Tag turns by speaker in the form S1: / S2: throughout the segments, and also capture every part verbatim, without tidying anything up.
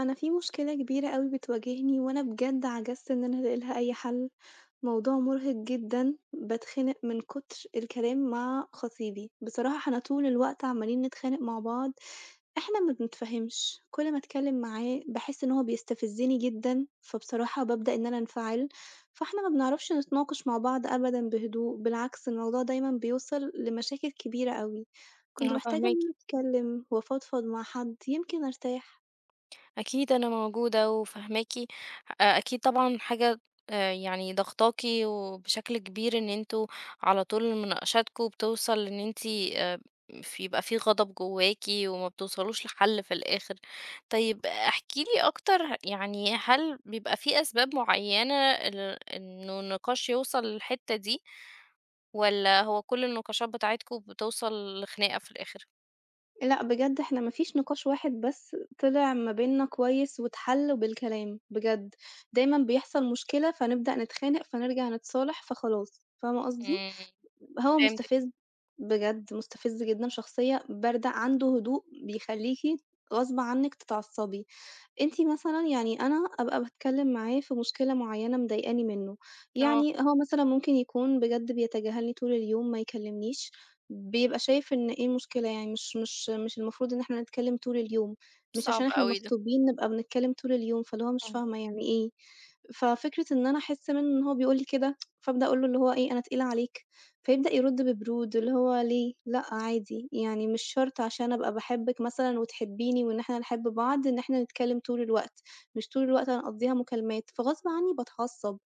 S1: أنا في مشكلة كبيرة أوي بتواجهني وأنا بجد عجزت إن أنا ألاقي لها أي حل، موضوع مرهق جدًا، باتخنق من كتر الكلام مع خطيبي، بصراحة إحنا طول الوقت عمالين نتخانق مع بعض، إحنا ما بنتفاهمش، كل ما أتكلم معاه باحس إن هو بيستفزني جدًا، فبصراحة بابدأ إن أنا أنفعل، فإحنا ما بنعرفش نتناقش مع بعض أبدًا بهدوء، بالعكس الموضوع دايمًا بيوصل لمشاكل كبيرة أوي، كنت
S2: آه،
S1: محتاجة إن
S2: فاهماكِ.
S1: أنا أتكلم وأفضفض مع حد يمكن أرتاح.
S2: أكيد أنا موجودة وفاهماكِ. أ أكيد طبعًا حاجة آآ يعني ضاغطاكِ وبشكل كبير، إن أنتم على طول مناقشاتكم بتوصل إن أنتِ آآ ف يبقى في غضب جواكِ، وما بتوصلوش لحل في الآخر. طيب احكِ لي أكتر، يعني هل بيبقى في أسباب معينة ال إنه النقاش يوصل للحتة دي، والّا هو كل النقاشات بتاعتكم بتوصل لخناقة في الآخر؟
S1: لأ بجد إحنا ما فيش نقاش واحد بس طلع ما بيننا كويس واتحل بالكلام بجد، دايمًا بيحصل مشكلة فنبدأ نتخانق، فنرجع نتصالح، فخلاص، فاهمة قصدي؟
S2: إمم.
S1: هو
S2: فهمتِك.
S1: مستفز بجد، مستفز جدًا، شخصية باردة، عنده هدوء بيخلّيكِ غصب عنِّك تتعصبي. أنتِ مثلًا يعني أنا أبقى باتكلّم معاه في مشكلة معيّنة مضايقاني منّه،
S2: آه.
S1: يعني هو مثلًا ممكن يكون بجد بيتجاهلني طول اليوم، ما يكلّمنيش، بيبقى شايف إن إيه المشكلة يعني مش مش مش المفروض إن إحنا نتكلّم طول اليوم، مش
S2: صعب
S1: عشان إحنا
S2: أوي ده.
S1: مخطوبين نبقى بنتكلّم طول اليوم، فاللي هو مش
S2: إمم.
S1: فاهمة يعني إيه؟ ففكرة إن أنا أحس منّه إن هو بيقول لي كده، فابدأ أقول له اللي هو إيه: "أنا تقيلة عليك." فيبدأ يرُد ببرود، اللي هو ليه؟ لأ عادي، يعني مش شرط عشان أبقى باحبِّك مثلًا وتحبّيني وإن إحنا نحب بعض إن إحنا نتكلّم طول الوقت، مش طول الوقت هنقضّيها مكالمات، فغصب عنّي باتعصّب،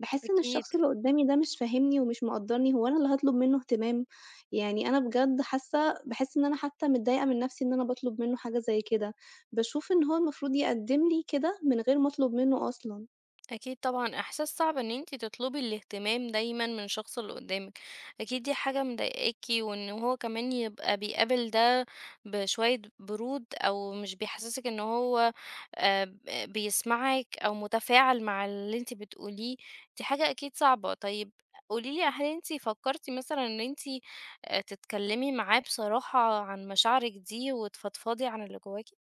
S1: باحس إن
S2: أكيد.
S1: الشخص اللي قُدّامي ده مش فاهمني ومش مقدّرني، هو أنا اللي هاطلب منّه اهتمام؟ يعني أنا بجد حاسّة باحس إن أنا حتى متضايقة من نَفْسي إن أنا باطلب منّه حاجة زي كده، باشوف إن هو المفروض يقدّم لي كده من غير ما أطلب منّه أصلًا.
S2: أكيد طبعا إحساس صعب إن انتي تطلبي الاهتمام دايما من الشخص اللي قدامك. أكيد دي حاجة مضايقاكي، وإن هو كمان يبقى بيقابل ده بشوية برود، أو مش بيحسسك إن هو آه، ب- بيسمعك أو متفاعل مع اللي انتي بتقوليه. دي حاجة أكيد صعبة. طيب قوليلي، هل انتي فكرتي مثلا إن انتي آه، تتكلمي معاه بصراحة عن مشاعرك دي وتفضفضي عن اللي جواكي؟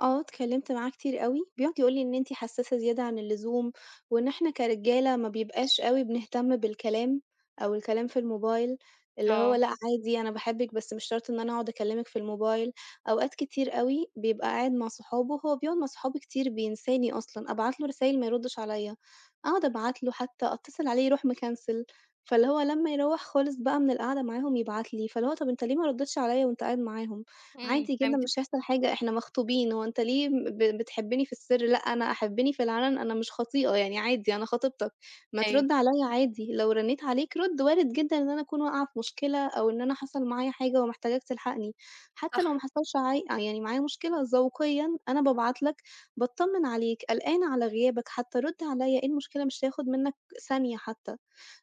S1: آه، اتكلمت معاه كتير أوي، بيقعد يقول لي إن أنتِ حساسة زيادة عن اللزوم، وإن إحنا كرجالة ما بيبقاش أوي بنهتم بالكلام أو الكلام في الموبايل، اللي هو
S2: اه.
S1: لأ عادي أنا باحبِك بس مش شرط إن أنا أقعد أكلمِك في الموبايل، أوقات كتير أوي بيبقى قاعد مع صحابه، هو بيقعد مع صحابه كتير بينساني أصلًا، أبعت له رسايل ما يردش عليَّ، أقعد أبعت له حتى أتصل عليه يروح مكنسل، فاللي هو لمّا يروّح خالص بقى من القعدة معاهم يبعت لي، فاللي هو طب أنت ليه ما رديتش عليَّ وأنت قاعد معاهم؟
S2: امم
S1: عادي جدًا
S2: فهمت.
S1: مش هيحصل حاجة، إحنا مخطوبين، هو أنت ليه ب بتحبّني في السِر؟ لأ، أنا أحبّني في العلن، أنا مش خطيئة، يعني عادي أنا خطيبتك، ما
S2: أيوه.
S1: ترُدّ عليّا عادي، لو رنّيت عليك رُدّ، وارد جدًا إن أنا أكون واقعة في مشكلة أو إن أنا حصل معايا حاجة ومحتاجاك تلحقني، حتى لو ما
S2: صح.
S1: حصلش عاي آه، يعني معايا مشكلة، ذوقيًا أنا بابعت لك، باتطمّن عليك، قلقانة على غيابك حتى، رُدّ عليّا، إيه المشكلة؟ مش هياخد منّك ثانية حتى.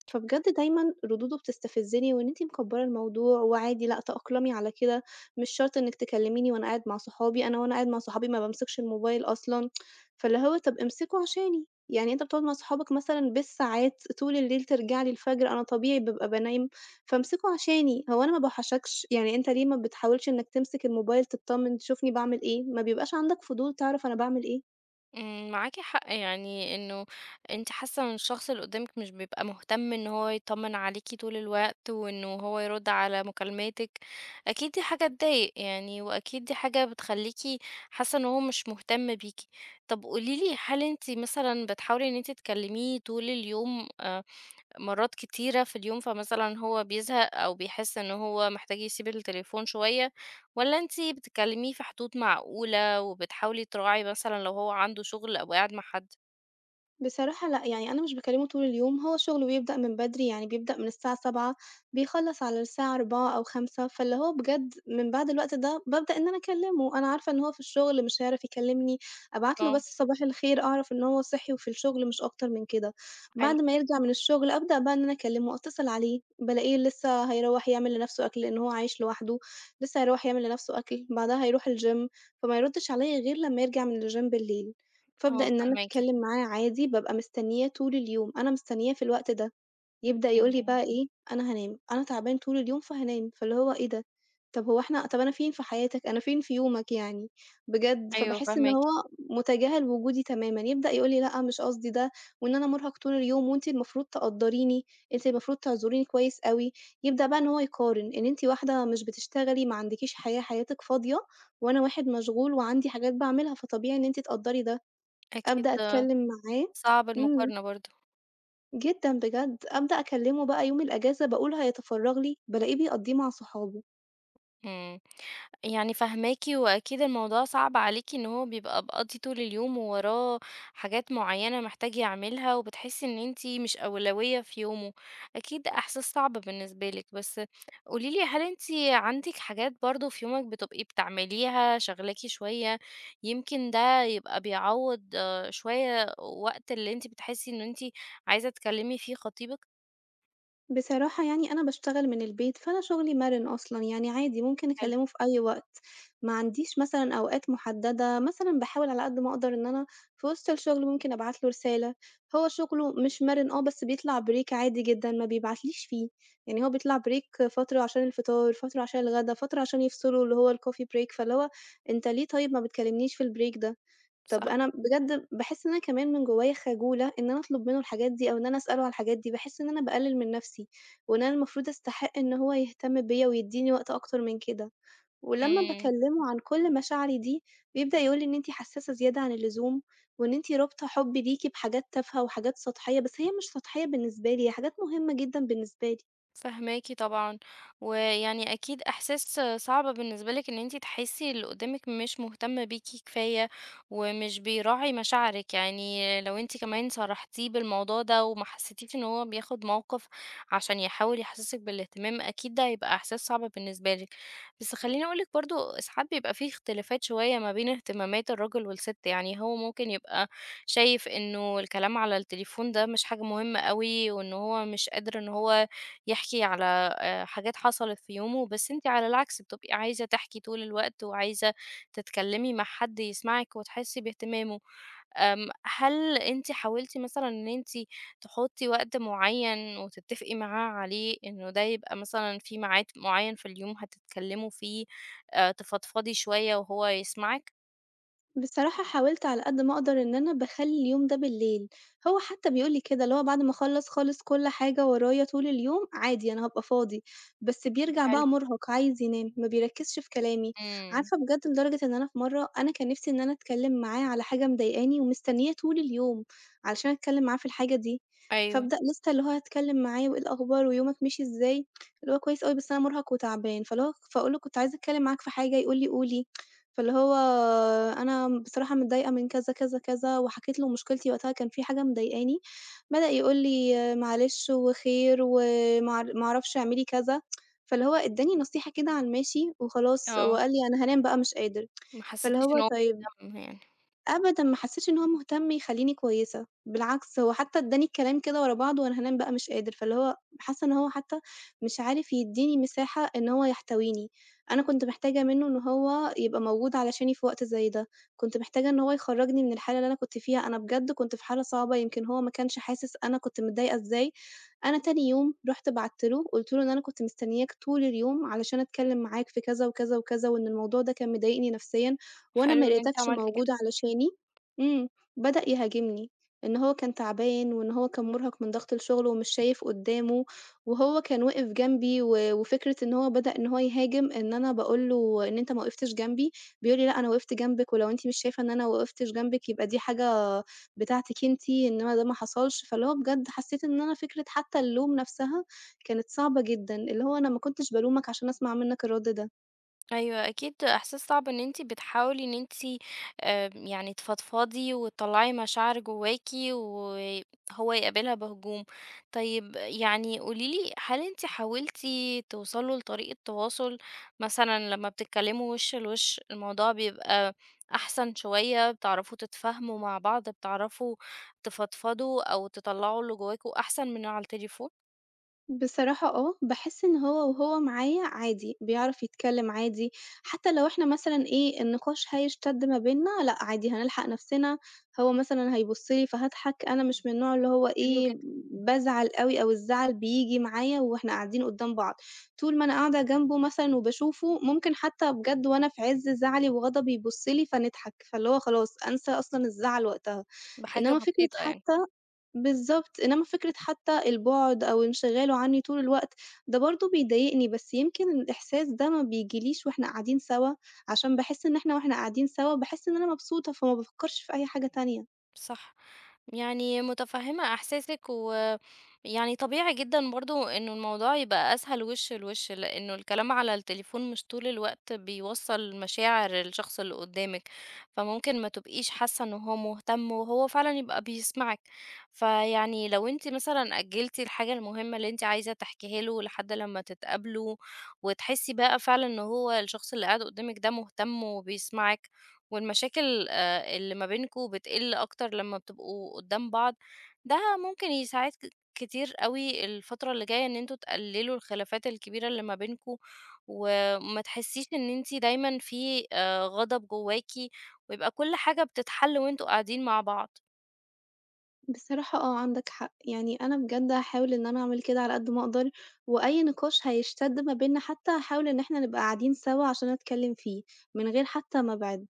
S1: فبجد دايمًا ردوده بتستفزني، وإن أنتِ مكبّرة الموضوع وعادي لأ تأقلمي على كده، مش شرط إنِّك تكلميني وأنا قاعد مع صحابي، أنا وأنا قاعد مع صحابي ما بامسكش الموبايل أصلًا، فاللي هو طَب امسكه عشاني، يعني أنت بتقعد مع صحابك مثلًا بالساعات طول الليل ترجع لي الفجر، أنا طبيعي بابقى بانام، فامسكه عشاني، هو أنا ما باوحشكش؟ يعني أنت ليه ما بتحاولش إنك تمسك الموبايل تتطمن تشوفني باعمل إيه؟ ما بيبقاش عندك فضول تعرف أنا باعمل إيه؟
S2: امم، معاكِ حق، يعني إنه أنتِ حاسة إن الشخص اللي قدامِك مش بيبقى مهتم إن هو يطمن عليكِ طول الوقت، وإنه هو يرد على مكالماتِك. أكيد دي حاجة تضايق يعني، وأكيد دي حاجة بتخليكِ حاسة إن هو مش مهتم بيكِ. طب قولي لي، هل أنتِ مثلًا بتحاولي إن أنتِ تكلميه طول اليوم آآ مرات كتيرة في اليوم، فمثلا هو بيزهق أو بيحس إن هو محتاج يسيب التليفون شوية، ولا انتي بتكلميه في حدود معقولة وبتحاولي تراعي مثلا لو هو عنده شغل أو قاعد مع حد؟
S1: بصراحة لأ، يعني أنا مش باكلمه طول اليوم، هو شغله بيبدأ من بدري، يعني بيبدأ من الساعة سبعة بيخلّص على الساعة أربعة أو خمسة فاللي هو بجد من بعد الوقت ده بابدأ إن أنا أكلمه، أنا عارفة إن هو في الشغل مش هيعرف يكلمني، أبعت له
S2: اه.
S1: بس صباح الخير أعرف إن هو صحي وفي الشغل مش أكتر من كده،
S2: حلو.
S1: بعد ما يرجع من الشغل أبدأ بقى إن أنا أكلمه، أتصل عليه بالاقيه لسه هيروّح يعمل لنفسه أكل، لإن هو عايش لوحده، لسه هيروّح يعمل لنفسه أكل، بعدها هيروح الgym فما يردش عليَّ غير لما يرجع من الgym بالليل.
S2: اه،
S1: فابدأ إن أنا
S2: فاهماكي.
S1: أتكلم معاه عادي، بابقى مستنياه طول اليوم، أنا مستنياه في الوقت ده، يبدأ يقول لي
S2: اهم.
S1: بقى إيه: "أنا هانام، أنا تعبان طول اليوم فهانام." فاللي هو إيه ده! طب هو إحنا طب أنا فين في حياتك، أنا فين في يومك يعني، بجد.
S2: أيوه،
S1: فباحس إن
S2: فاهماكي.
S1: هو متجاهل وجودي تمامًا، يبدأ يقول لي: "لأ، مش قصدي ده، وإن أنا مُرهق طول اليوم وأنتِ المفروض تقدّريني، أنتِ المفروض تعذريني كويس أوي." يبدأ بقى إن هو يقارن، إن أنتِ واحدة مش بتشتغلي، ما عندكيش حياة، حياتِك فاضية، وأنا واحد مشغول وعندي حاجات باعملها، فطبيعي إن أنتِ تقدّري ده.
S2: أكيد.
S1: أبدأ أتكلّم معاه
S2: صعب
S1: إمم،
S2: المقارنة برضه.
S1: جدًا بجد، أبدأ أكلّمه بقى يوم الأجازة باقول هيتفرّغ لي، بالاقيه بيقضّيه مع صحابه.
S2: إمم. يعني فاهماكِ، وأكيد الموضوع صعب عليكِ إن هو بيبقى مقضّي طول اليوم، ووراه حاجات معيّنة محتاج يعملها، وبتحسّي إن أنتِ مش أولوية في يومه. أكيد إحساس صعب بالنسبة لِك. بس قولي لي، هل أنتِ عندِك حاجات برضه في يومِك بتبقي بتعمليها شاغلاكِ شوية، يمكن ده يبقى بيعوّض آه، شوية وقت اللي أنتِ بتحسّي إن أنتِ عايزة تكلّمي فيه خطيبِك؟
S1: بصراحة يعني أنا باشتغل من البيت، فأنا شغلي مَرِن أصلًا، يعني عادي ممكن
S2: حلو.
S1: أكلّمه في أي وقت، ما عنديش مثلًا أوقات محددة، مثلًا باحاول على قد ما أقدر إن أنا في وسط الشغل ممكن أبعت له رسالة، هو شغله مش مَرِن آه، بس بيطلع break عادي جدًا، ما بيبعتليش فيه، يعني هو بيطلع break فترة عشان الفطار، فترة عشان الغدا، فترة عشان يفصلوا اللي هو الcoffee break، فاللي هو أنت ليه طيب ما بتكلمنيش في الbreak ده؟ طب
S2: صح.
S1: أنا بجد باحس إن أنا كمان من جوايا خجولة إن أنا أطلب منه الحاجات دي أو إن أنا أسأله على الحاجات دي، باحس إن أنا باقلل من نفسي، وإن أنا المفروض أستحق إن هو يهتم بيّا ويدّيني وقت أكتر من كده، ولمّا
S2: إمم.
S1: باكلمه عن كل مشاعري دي بيبدأ يقول لي إن أنتِ حساسة زيادة عن اللزوم، وإن أنتِ رابطة حبي ليكِ بحاجات تافهة وحاجات سطحية، بس هي مش سطحية بالنسبة لي، هي حاجات مهمة جدًا بالنسبة لي.
S2: فاهماكِ طبعًا. ويعني أكيد إحساس صعب بالنسبة لِك إن أنتِ تحسي اللي قدامِك مش مهتم بيكِ كفاية، ومش بيراعي مشاعرِك. يعني لو أنتِ كمان صارحتيه بالموضوع ده، وما حسيتيش إن هو بياخد موقف عشان يحاول يحسسِك بالاهتمام، أكيد ده هيبقى إحساس صعب بالنسبة لِك. بس خلّيني أقول لِك، برضه ساعات بيبقى في اختلافات شوية ما بين اهتمامات الراجل والست، يعني هو ممكن يبقى شايف إنه الكلام على التليفون ده مش حاجة مهمة أوي، وإن هو مش قادر إن هو يحكي على آآ حاجات حصلت في يومه. بس أنتِ على العكس بتبقي عايزة تحكي طول الوقت، وعايزة تتكلمي مع حد يسمعِك وتحسي باهتمامه. آمم، هل أنتِ حاولتِ مثلًا إن أنتِ تحطّي وقت معيّن وتتفقي معاه عليه، إنه ده يبقى مثلًا في ميعاد معيّن في اليوم هتتكلموا فيه، آآ تفضفضي شوية وهو يسمعِك؟
S1: بصراحة حاولت على قد ما أقدر إن أنا باخلّي اليوم ده بالليل، هو حتى بيقول لي كده، اللي هو بعد ما أخلّص خالص كل حاجة ورايا طول اليوم، عادي أنا هابقى فاضي، بس بيرجع
S2: حلو.
S1: بقى مُرهَق عايز ينام، ما بيركّزش في كلامي،
S2: إمم.
S1: عارفة بجد لدرجة إن أنا في مرّة أنا كان نِفْسي إن أنا أتكلّم معاه على حاجة مضايقاني ومستنية طول اليوم علشان أتكلّم معاه في الحاجة دي،
S2: أيوه.
S1: فابدأ لسه اللي هو هاتكلّم معاه وإيه الأخبار ويومك مشي إزاي، اللي هو كويس أوي بس أنا مُرهَق وتعبان، فاللي هو فاقول له كنت عايزة أتكلّم معاك في حاجة، يقول لي قولي. فاللي هو أنا بصراحة متضايقة من كذا، كذا، كذا، وحكيت له مشكلتي وقتها كان في حاجة مضايقاني، بدأ يقول لي معلش وخير وما ما أعرفش اعملي كذا، فاللي هو ادّاني نصيحة كده على الماشي وخلاص
S2: آه.
S1: وقال لي أنا هانام بقى مش قادر،
S2: ما
S1: فاللي
S2: حسيتيش
S1: هو
S2: إن هو
S1: طيب
S2: مهتم يعني؟
S1: أبدًا ما حسّيتش إن هو مهتم يخلّيني كويسة، بالعكس هو حتّى ادّاني الكلام كده ورا بعض وأنا هانام بقى مش قادر، فاللي هو حاسّة إن هو حتّى مش عارف يدّيني مساحة إن هو يحتويني، أنا كنت محتاجة منّه إن هو يبقى موجود علشاني في وقت زي ده، كنت محتاجة إن هو يخرّجني من الحالة اللي أنا كنت فيها، أنا بجد كنت في حالة صعبة يمكن هو ما كانش حاسس أنا كنت متضايقة إزاي، أنا تاني يوم رُحت بعتّ له قُلت له إن أنا كنت مستنياك طول اليوم علشان أتكلّم معاك في كذا وكذا وكذا، وإن الموضوع ده كان مضايقني نفسيًا وأنا
S2: حلو
S1: ما
S2: إن أنتِ
S1: لقيتكش
S2: عملتِ
S1: موجود
S2: كده.
S1: علشاني إمم، بدأ يهاجمني، إن هو كان تعبان وإن هو كان مُرهق من ضغط الشغل ومش شايف قدّامه، وهو كان واقف جنبي و وفكرة إن هو بدأ إن هو يهاجم، إن أنا باقول له: "إن أنت ما وقفتش جنبي." بيقول لي: "لأ، أنا وقفت جنبِك ولو أنتِ مش شايفة إن أنا وقفتش جنبِك يبقى دي حاجة بتاعتِك أنتِ، إنما ده ما حصلش." فاللي هو بجد حسيت إن أنا فكرة حتى اللوم نفسها كانت صعبة جدًا، اللي هو أنا ما كنتش بالومك عشان أسمع منّك الرَد ده.
S2: أيوه، أكيد إحساس صعب إن أنتِ بتحاولي إن أنتِ آآ يعني تفضفضي وتطلّعي مشاعر جواكِ، وهو يقابلها بهجوم. طيب يعني قولي لي، هل أنتِ حاولتِ توصلوا لطريقة تواصل، مثلًا لمّا بتتكلموا وِش لوِش الموضوع بيبقى أحسن شوية، بتعرفوا تتفاهموا مع بعض، بتعرفوا تفضفضوا أو تطلّعوا اللي جواكم أحسن من على التليفون؟
S1: بصراحة آه، باحس إن هو وهو معايا عادي، بيعرف يتكلّم عادي، حتى لو إحنا مثلًا إيه، النقاش هيشتد ما بيننا، لأ عادي هنلحق نَفْسنا، هو مثلًا هيبُص لي فهاضحك، أنا مش من النوع اللي هو
S2: حلو
S1: إيه،
S2: جدًا.
S1: بازعل أوي أو الزعل بييجي معايا وإحنا قاعدين قُدّام بعض، طول ما أنا قاعدة جنبه مثلًا وباشوفه، ممكن حتى بجد وأنا في عِز زعلي وغضبي يبُص لي فنضحك، فاللي هو خلاص أنسى أصلًا الزعل وقتها،
S2: بحاجة
S1: إنّما فكرة
S2: بسيطة يعني.
S1: حتى بالضبط، إنّما فكرة حتى البُعد أو انشغاله عنّي طول الوقت، ده برضه بيضايقني، بس يمكن الإحساس ده ما بييجيليش وإحنا قاعدين سوا، عشان باحس إن إحنا وإحنا قاعدين سوا باحس إن أنا مبسوطة، فما بافكّرش في أي حاجة تانية.
S2: صح. يعني متفهمة إحساسِك، ويعني طبيعي جدًا برضه إنه الموضوع يبقى أسهل وِش لوِش، لإنه الكلام على التليفون مش طول الوقت بيوصّل مشاعر الشخص اللي قدّامِك، فممكن ما تبقيش حاسة إن هو مهتم، وهو فعلًا يبقى بيسمعِك. فيعني لو أنتِ مثلًا أجّلتِ الحاجة المهمة اللي أنتِ عايزة تحكيها له لحد لمّا تتقابلوا، وتحسي بقى فعلًا إن هو الشخص اللي قاعد قدّامِك ده مهتم وبيسمعِك، والمشاكل آآ اللي ما بينكم بتقِل أكتر لمّا بتبقوا قدّام بعض، ده ممكن يساعد ك كتير أوي الفترة اللي جاية، إن أنتم تقلّلوا الخلافات الكبيرة اللي ما بينكم، وما تحسّيش إن أنتِ دايمًا في آآ غضب جواكِ، ويبقى كل حاجة بتتحل وأنتم قاعدين مع بعض.
S1: بصراحة آه، عندك حق، يعني أنا بجد هاحاول إن أنا أعمل كده على قد ما أقدر، وأي نقاش هيشتد ما بيننا حتى هاحاول إن إحنا نبقى قاعدين سوا عشان أتكلم فيه، من غير حتى ما أبعد.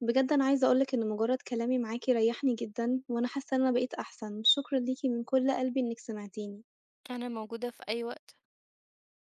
S1: بجد أنا عايزة أقول لك إن مجرد كلامي معاكِ ريحني جدًا، وأنا حاسة إن أنا بقيت أحسن، شكرًا ليكِ من كل قلبي إنِك سمعتيني.
S2: أنا موجودة في أي وقت.